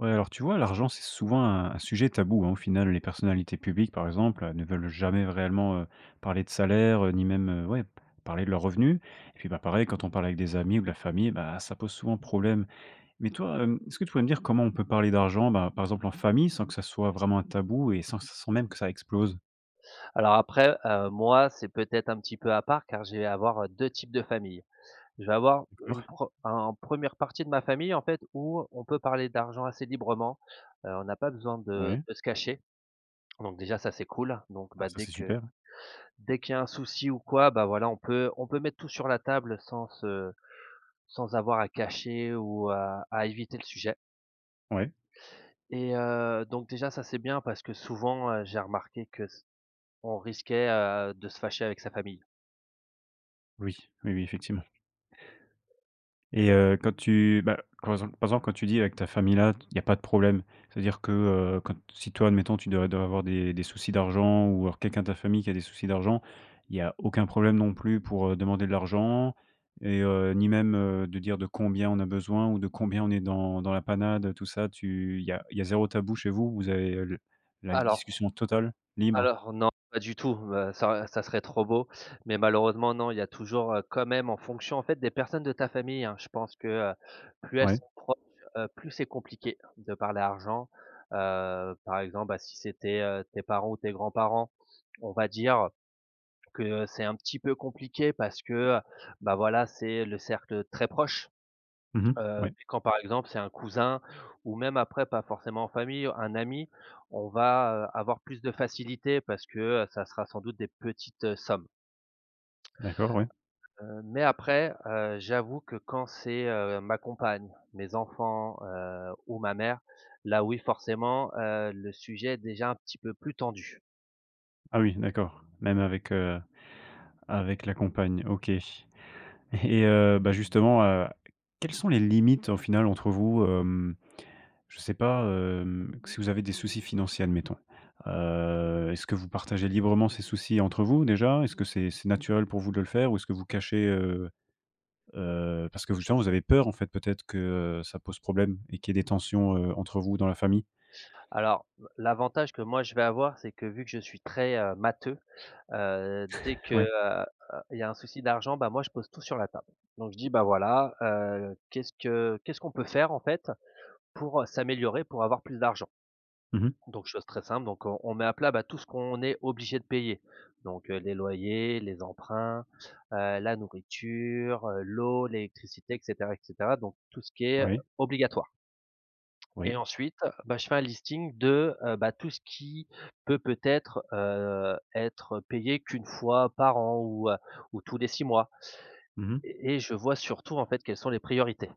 Ouais, alors tu vois, l'argent, c'est souvent un sujet tabou, hein. Au final, les personnalités publiques, par exemple, ne veulent jamais réellement, parler de salaire, ni même, ouais, parler de leurs revenus et puis, bah, pareil, quand on parle avec des amis ou de la famille, bah, ça pose souvent problème. Mais toi, est-ce que tu pourrais me dire comment on peut parler d'argent, bah, par exemple, en famille, sans que ça soit vraiment un tabou et sans même que ça explose? Alors après, moi, c'est peut-être un petit peu à part car je vais avoir, deux types de familles. Je vais avoir une D'accord, pre un une partie de ma famille, en fait, où on peut parler d'argent assez librement, on n'a pas besoin de ouais. de se cacher. Donc déjà ça, c'est cool. Donc Ah bah, ça, c'est super. dès qu'il y a un souci ou quoi, bah, voilà, on peut mettre tout sur la table sans avoir à cacher ou à éviter le sujet Ouais, et donc déjà ça, c'est bien parce que souvent, j'ai remarqué que s on risquait, de se fâcher avec sa famille. oui, oui, oui, effectivement. Et quand par exemple quand tu dis avec ta famille là, il y a pas de problème. C'est-à-dire que, quand si toi admettons tu dois avoir des soucis d'argent ou alors quelqu'un de ta famille qui a des soucis d'argent, il y a aucun problème non plus pour, demander de l'argent et ni même, de dire de combien on a besoin ou de combien on est dans la panade, tout ça, tu il y a 0 tabou chez vous? Vous avez, le la Alors discussion totale, libre? Alors non, pas du tout, ça serait trop beau, mais malheureusement non, il y a toujours, quand même en fonction en fait des personnes de ta famille, hein. Je pense que, plus elles Ouais. sont proches, plus c'est compliqué de parler argent. Par exemple, bah, si c'était, tes parents ou tes grands-parents, on va dire que c'est un petit peu compliqué parce que, bah, voilà, c'est le cercle très proche. Mmh. Heu, Ouais. et quand par exemple c'est un cousin ou même après pas forcément en famille, un ami, on va, avoir plus de facilité parce que, ça sera sans doute des petites, sommes. D'accord, ouais. Mais après, j'avoue que quand c'est, ma compagne, mes enfants, ou ma mère, là oui forcément, le sujet est déjà un petit peu plus tendu. Ah oui, d'accord. Même avec, avec la compagne, OK. Et bah, justement, quelles sont les limites, au final, entre vous? Je sais pas, si vous avez des soucis financiers, admettons, est-ce que vous partagez librement ces soucis entre vous, déjà? Est-ce que c'est naturel pour vous de le faire ou est-ce que vous cachez, parce que justement, vous avez peur, en fait, peut-être que, ça pose problème et qu'il y ait des tensions, entre vous dans la famille? Alors, l'avantage que moi je vais avoir, c'est que vu que je suis très, matheux. Dès que, Ouais. Il y a un souci d'argent, bah, moi je pose tout sur la table. Donc je dis: «Bah, voilà, qu'est-ce qu'on peut faire en fait pour s'améliorer, pour avoir plus d'argent?» Mmh mh. Donc chose très simple, donc on met à plat, bah, tout ce qu'on est obligé de payer. Donc, les loyers, les emprunts, la nourriture, l'eau, l'électricité et cetera, donc tout ce qui est Oui, obligatoire. Et oui. ensuite, bah, je fais un listing de, bah, tout ce qui peut-être, être payé qu'une fois par an ou, ou tous les 6 mois Mmh. et je vois surtout, en fait, quelles sont les priorités.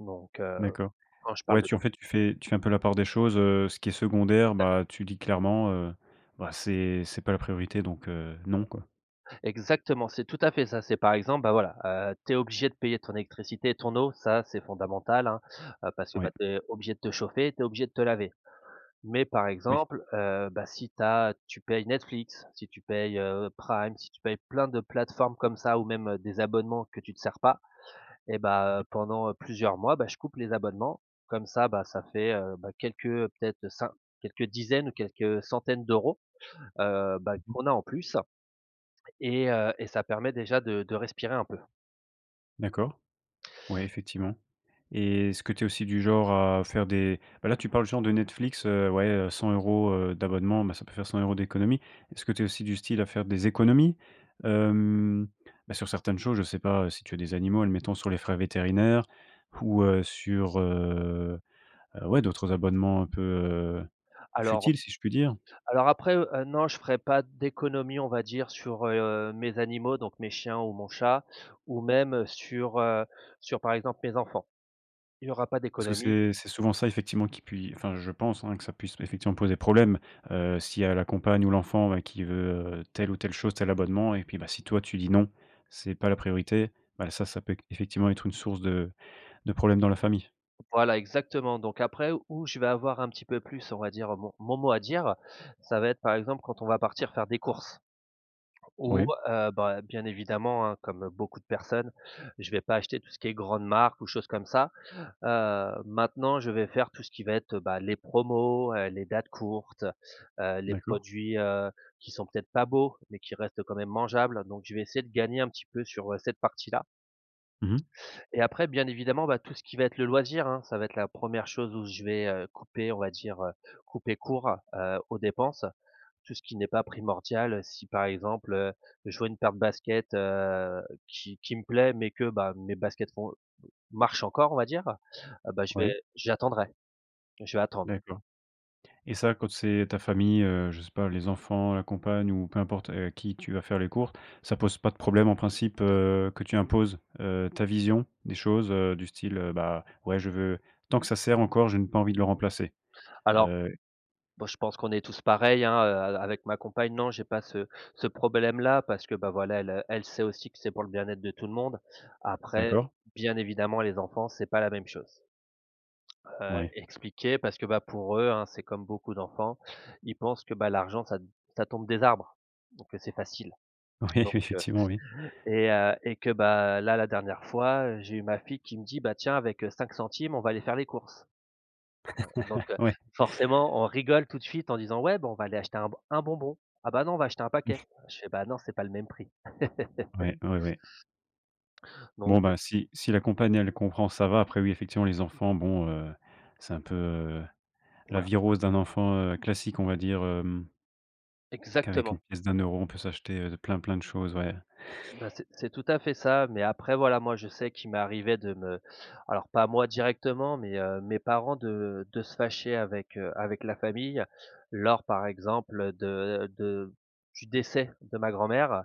Donc, D'accord. quand je parle Ouais, de tu en fait, tu fais un peu la part des choses, ce qui est secondaire, bah, tu dis clairement, bah, c'est pas la priorité donc non, quoi. exactement, c'est tout à fait ça. C'est par exemple, bah, voilà, tu obligé de payer ton électricité et ton eau, ça, c'est fondamental, hein, parce que, bah, Ouais, tu obligé de te chauffer, t'es obligé de te laver. Mais par oui. exemple, bah, si t'as tu payes Netflix, si tu payes, Prime, si tu payes plein de plateformes comme ça ou même, des abonnements que tu te sers pas et bah, pendant, plusieurs mois, bah, je coupe les abonnements. Comme ça, bah, ça fait, bah, quelques, peut-être cin quelques dizaines ou quelques centaines d'euros, bah, Mmh. qu'on a en plus et ça permet déjà de respirer un peu. D'accord. Ouais, effectivement et est-ce que tu es aussi du genre à faire des bah, là, tu parles genre de Netflix, ouais, 100 € d'abonnement, bah, ça peut faire 100 € d'économie. Est-ce que tu es aussi du style à faire des économies? Hem, bah, sur certaines choses, je sais pas, si tu as des animaux, admettons sur les frais vétérinaires ou sur, ouais, d'autres abonnements un peu, Alors futile, si je puis dire? Alors après, non, je ferai pas d'économie, on va dire, sur, mes animaux, donc mes chiens ou mon chat, ou même, sur par exemple mes enfants. Il y aura pas Parce que d'économie. c'est souvent ça effectivement qui puis enfin je pense, hein, que ça puisse effectivement poser problème, s'il y a la compagne ou l'enfant, bah, qui veut, telle ou telle chose, tel abonnement et puis, bah, si toi tu dis: «Non, c'est pas la priorité», bah, ça peut effectivement être une source de problèmes dans la famille. Voilà, exactement. Donc après où je vais avoir un petit peu plus, on va dire, mon mot à dire, ça va être par exemple quand on va partir faire des courses ou, Oui, bah, bien évidemment, hein, comme beaucoup de personnes, je vais pas acheter tout ce qui est grande marque ou choses comme ça. Maintenant, je vais faire tout ce qui va être, bah, les promos, les dates courtes, les d'accord. produits, qui sont peut-être pas beaux, mais qui restent quand même mangeables. Donc je vais essayer de gagner un petit peu sur, cette partie-là. Mmh mh. Et après, bien évidemment, bah, tout ce qui va être le loisir, hein, ça va être la première chose où je vais, couper, on va dire, couper court, aux dépenses. Tout ce qui n'est pas primordial, si par exemple, je vois une paire de baskets, qui me plaît, mais que, bah, mes baskets font marchent encore, on va dire, bah, je vais Ouais, j'attendrai. Je vais attendre. d'accord. Et ça, quand c'est ta famille, je sais pas, les enfants, la compagne ou peu importe, à qui tu vas faire les courses, ça pose pas de problème en principe, que tu imposes, ta vision des choses, du style, bah, ouais, je veux tant que ça sert encore, je n'ai pas envie de le remplacer. Alors, Heu, bon, je pense qu'on est tous pareils, hein, avec ma compagne, non, j'ai pas ce problème-là parce que, bah, voilà, elle sait aussi que c'est pour le bien-être de tout le monde. Après, d'accord? bien évidemment, les enfants, c'est pas la même chose. Heu, Oui. expliquer parce que, bah, pour eux, hein, c'est comme beaucoup d'enfants, ils pensent que, bah, l'argent ça tombe des arbres, donc que c'est facile. Oui, Donc heu effectivement, oui. et que, bah, là, la dernière fois, j'ai eu ma fille qui me dit: «Bah, tiens, avec, 5 centimes, on va aller faire les courses». Donc, Oui, forcément, on rigole tout de suite en disant: «Ouais, bah, on va aller acheter un bonbon». «Ah bah, non, on va acheter un paquet». Je fais: «Bah, non, c'est pas le même prix». oui, oui, oui. Donc, Bon, bah, si si la compagne, elle comprend, ça va. Après oui, effectivement, les enfants, bon, c'est un peu, la voilà. virose d'un enfant, classique, on va dire, qu'avec une Exactement. pièce d'un euro on peut s'acheter, plein, plein de choses, ouais. Bah, c'est tout à fait ça, mais après voilà, moi, je sais qu'il m'est arrivé de me alors pas moi directement, mais, mes parents de se fâcher avec, avec la famille lors, par exemple, de du décès de ma grand-mère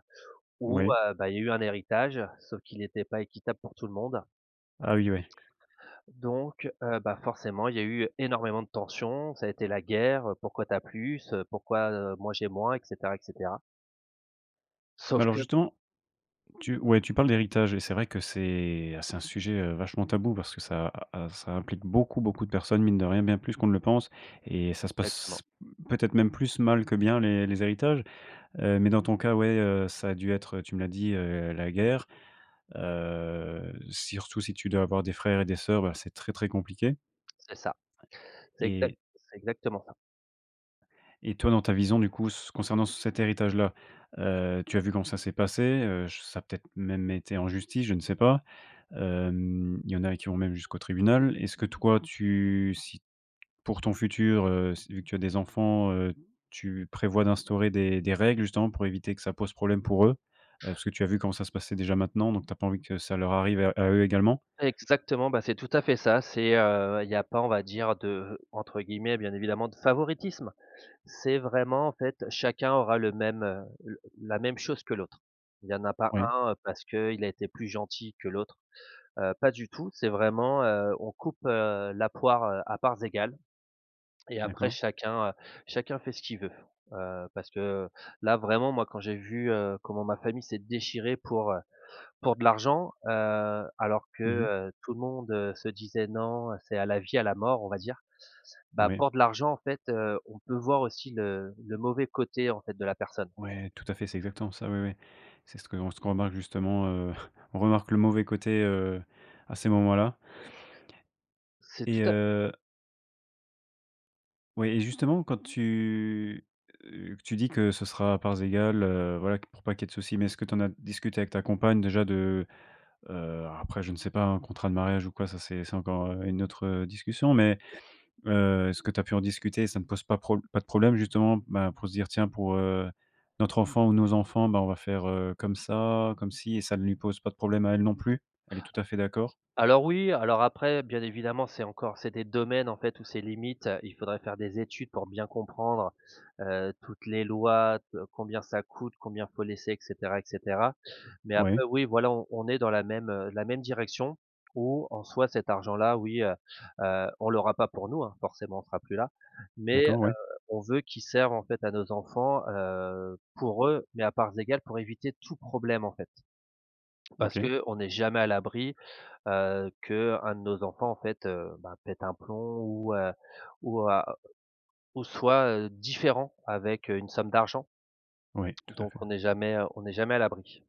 où, Oui. Bah, il y a eu un héritage, sauf qu'il n'était pas équitable pour tout le monde. Ah oui, ouais. Donc, bah, forcément, il y a eu énormément de tensions, ça a été la guerre, pourquoi t'as plus? Pourquoi, moi j'ai moins? Etc. Etc. Mais Sauf alors que. justement, tu ouais, tu parles d'héritage et c'est vrai que c'est un sujet, vachement tabou parce que ça implique beaucoup, beaucoup de personnes, mine de rien, bien plus qu'on ne le pense et ça se Exactement, passe peut-être même plus mal que bien les héritages, mais dans ton cas, ouais, ça a dû être, tu me l'as dit, la guerre, surtout si tu dois avoir des frères et des sœurs, bah, c'est très, très compliqué c'est ça, et c'est exactement ça. Et toi, dans ta vision, du coup, ce concernant cet héritage-là, tu as vu comment ça s'est passé, ch ça a peut-être même été en justice, je ne sais pas. Il y en a qui vont même jusqu'au tribunal. Est-ce que toi, tu si pour ton futur, si vu que tu as des enfants, tu prévois d'instaurer des règles justement pour éviter que ça pose problème pour eux? Parce que tu as vu comment ça se passait déjà maintenant, donc tu as pas envie que ça leur arrive à eux également? Exactement, bah, c'est tout à fait ça, c'est, il y a pas, on va dire de entre guillemets, bien évidemment, de favoritisme. C'est vraiment, en fait, chacun aura le même, l la même chose que l'autre. Il y en a pas Oui, un, parce que il a été plus gentil que l'autre, pas du tout. C'est vraiment, on coupe, la poire, à parts égales. Et après d'accord. chacun, chacun fait ce qu'il veut. Parce que là vraiment moi quand j'ai vu, comment ma famille s'est déchirée pour, pour de l'argent, alors que, Mmh. Tout le monde, se disait: «Non, c'est à la vie, à la mort», on va dire. Bah, Oui. pour de l'argent en fait, on peut voir aussi le mauvais côté en fait de la personne. Ouais, tout à fait, c'est exactement ça, oui, oui. C'est ce que on ce qu'on remarque justement, on remarque le mauvais côté, à ces moments-là C'est tout et à ouais et justement que tu dis que ce sera à parts égales, voilà, pour pas qu'il y ait de soucis, mais est-ce que tu en as discuté avec ta compagne déjà de, après je ne sais pas, un contrat de mariage ou quoi, ça c'est encore, une autre, discussion, mais est-ce que tu as pu en discuter ça ne pose pas de problème justement, bah, pour se dire: «Tiens pour, notre enfant ou nos enfants, bah, on va faire, comme ça, comme ci» et ça ne lui pose pas de problème à elle non plus? Elle est tout à fait d'accord? Alors oui, alors après, bien évidemment, c'est des domaines en fait où c'est limite, il faudrait faire des études pour bien comprendre, toutes les lois, t combien ça coûte, combien faut laisser et cetera et cetera. Mais après Oui, oui, voilà, on est dans la même, la même direction où en soi cet argent-là, oui, on l'aura pas pour nous, hein, forcément, on sera plus là. Mais, d'accord, ouais, on veut qu'il serve en fait à nos enfants, pour eux, mais à parts égales pour éviter tout problème en fait. Parce OK, que on n'est jamais à l'abri, que un de nos enfants en fait, bah, pète un plomb ou a ou soit, différent avec, une somme d'argent. oui, tout à fait. Donc on n'est jamais à l'abri.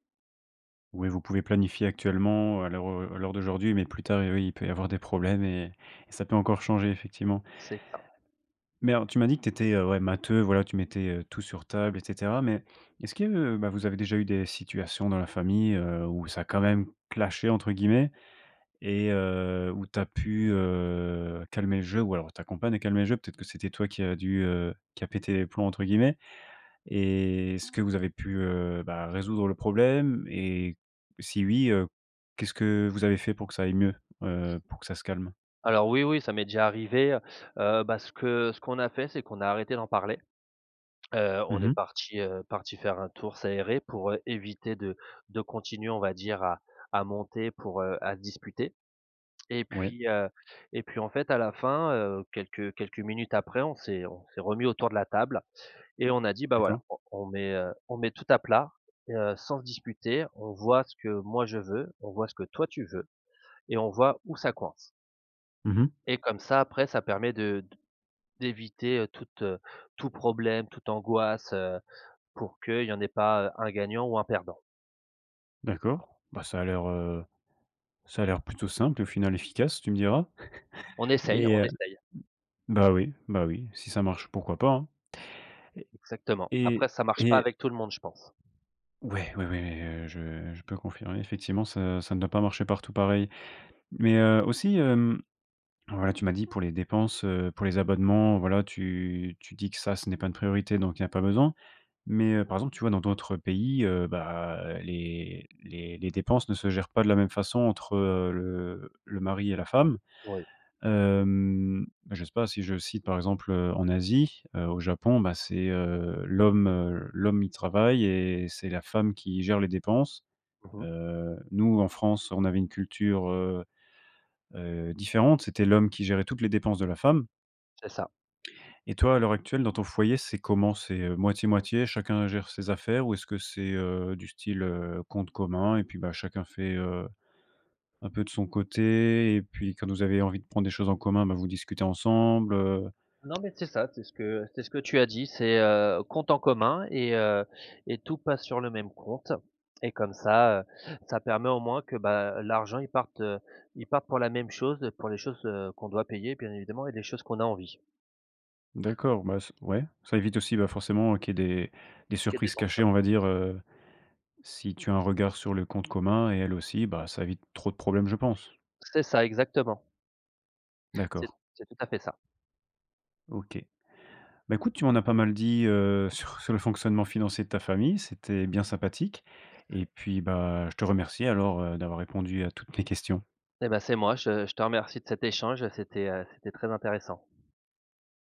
Oui, vous pouvez planifier actuellement à l'heure d'aujourd'hui, mais plus tard, eh oui, il peut y avoir des problèmes et ça peut encore changer effectivement. C'est ça. Mais alors, tu m'as dit que tu étais, ouais, matheux, voilà, tu mettais, tout sur table et cetera. Mais est-ce que, bah, vous avez déjà eu des situations dans la famille, où ça a quand même «clashé» entre guillemets et où tu as pu, calmer le jeu ou alors ta compagne a calmé le jeu? Peut-être que c'était toi qui a dû, qui a «pété les plombs» entre guillemets et est-ce que vous avez pu, bah, résoudre le problème et si oui, qu'est-ce que vous avez fait pour que ça aille mieux, pour que ça se calme? Alors oui, oui, ça m'est déjà arrivé, bah, ce qu'on a fait, c'est qu'on a arrêté d'en parler. On est Mmh. Partis faire un tour s'aérer pour, éviter de continuer, on va dire, à monter à se disputer. Et Ouais, puis, et puis en fait à la fin, quelques minutes après, on s'est remis autour de la table. Et on a dit: «Bah, voilà, d'accord. on met tout à plat et sans se disputer, on voit ce que moi je veux, on voit ce que toi tu veux et on voit où ça coince» Mmh. et comme ça après ça permet de d d'éviter, toute, tout problème, toute angoisse, pour qu'il y en ait pas, un gagnant ou un perdant. D'accord. Bah, ça a l'air. Ça a l'air plutôt simple et au final efficace, tu me diras On essaye, et on essaye. Bah, oui, si ça marche, pourquoi pas, hein Exactement. Après et ça marche pas et avec tout le monde, je pense. ouais, ouais, ouais, ouais, je peux confirmer effectivement ça ne doit pas marcher partout pareil. Mais, aussi, voilà, tu m'as dit pour les dépenses, pour les abonnements, voilà, tu dis que ça, ce n'est pas une priorité, donc il y a pas besoin. Mais, par exemple, tu vois, dans d'autres pays, bah, les dépenses ne se gèrent pas de la même façon entre, le mari et la femme. Oui. Bah, je sais pas si je cite par exemple, en Asie, au Japon, bah, c'est, l'homme il travaille et c'est la femme qui gère les dépenses. Mmh. Nous en France, on avait une culture, différente, c'était l'homme qui gérait toutes les dépenses de la femme. C'est ça. Et toi, à l'heure actuelle, dans ton foyer, c'est comment? C'est, moitié-moitié, chacun gère ses affaires ou est-ce que c'est, du style, compte commun et puis, bah, chacun fait, un peu de son côté et puis quand vous avez envie de prendre des choses en commun, bah, vous discutez ensemble, Non, mais c'est ça, c'est ce que tu as dit, c'est, compte en commun et tout passe sur le même compte et comme ça, ça permet au moins que, bah, l'argent il parte pour la même chose, pour les choses, qu'on doit payer bien évidemment et les choses qu'on a envie. d'accord, bah, c ouais, ça évite aussi, bah, forcément, qu'il y ait des Quelle surprises cachées, détention. on va dire, si tu as un regard sur le compte commun et elle aussi, bah, ça évite trop de problèmes, je pense. C'est ça, exactement. C'est D'accord, c'est tout à fait ça. OK. Bah, écoute, tu m'en as pas mal dit, sur sur le fonctionnement financier de ta famille, c'était bien sympathique et puis, bah, je te remercie alors, d'avoir répondu à toutes mes questions. Eh ben c'est moi, je te remercie de cet échange, c'était très intéressant.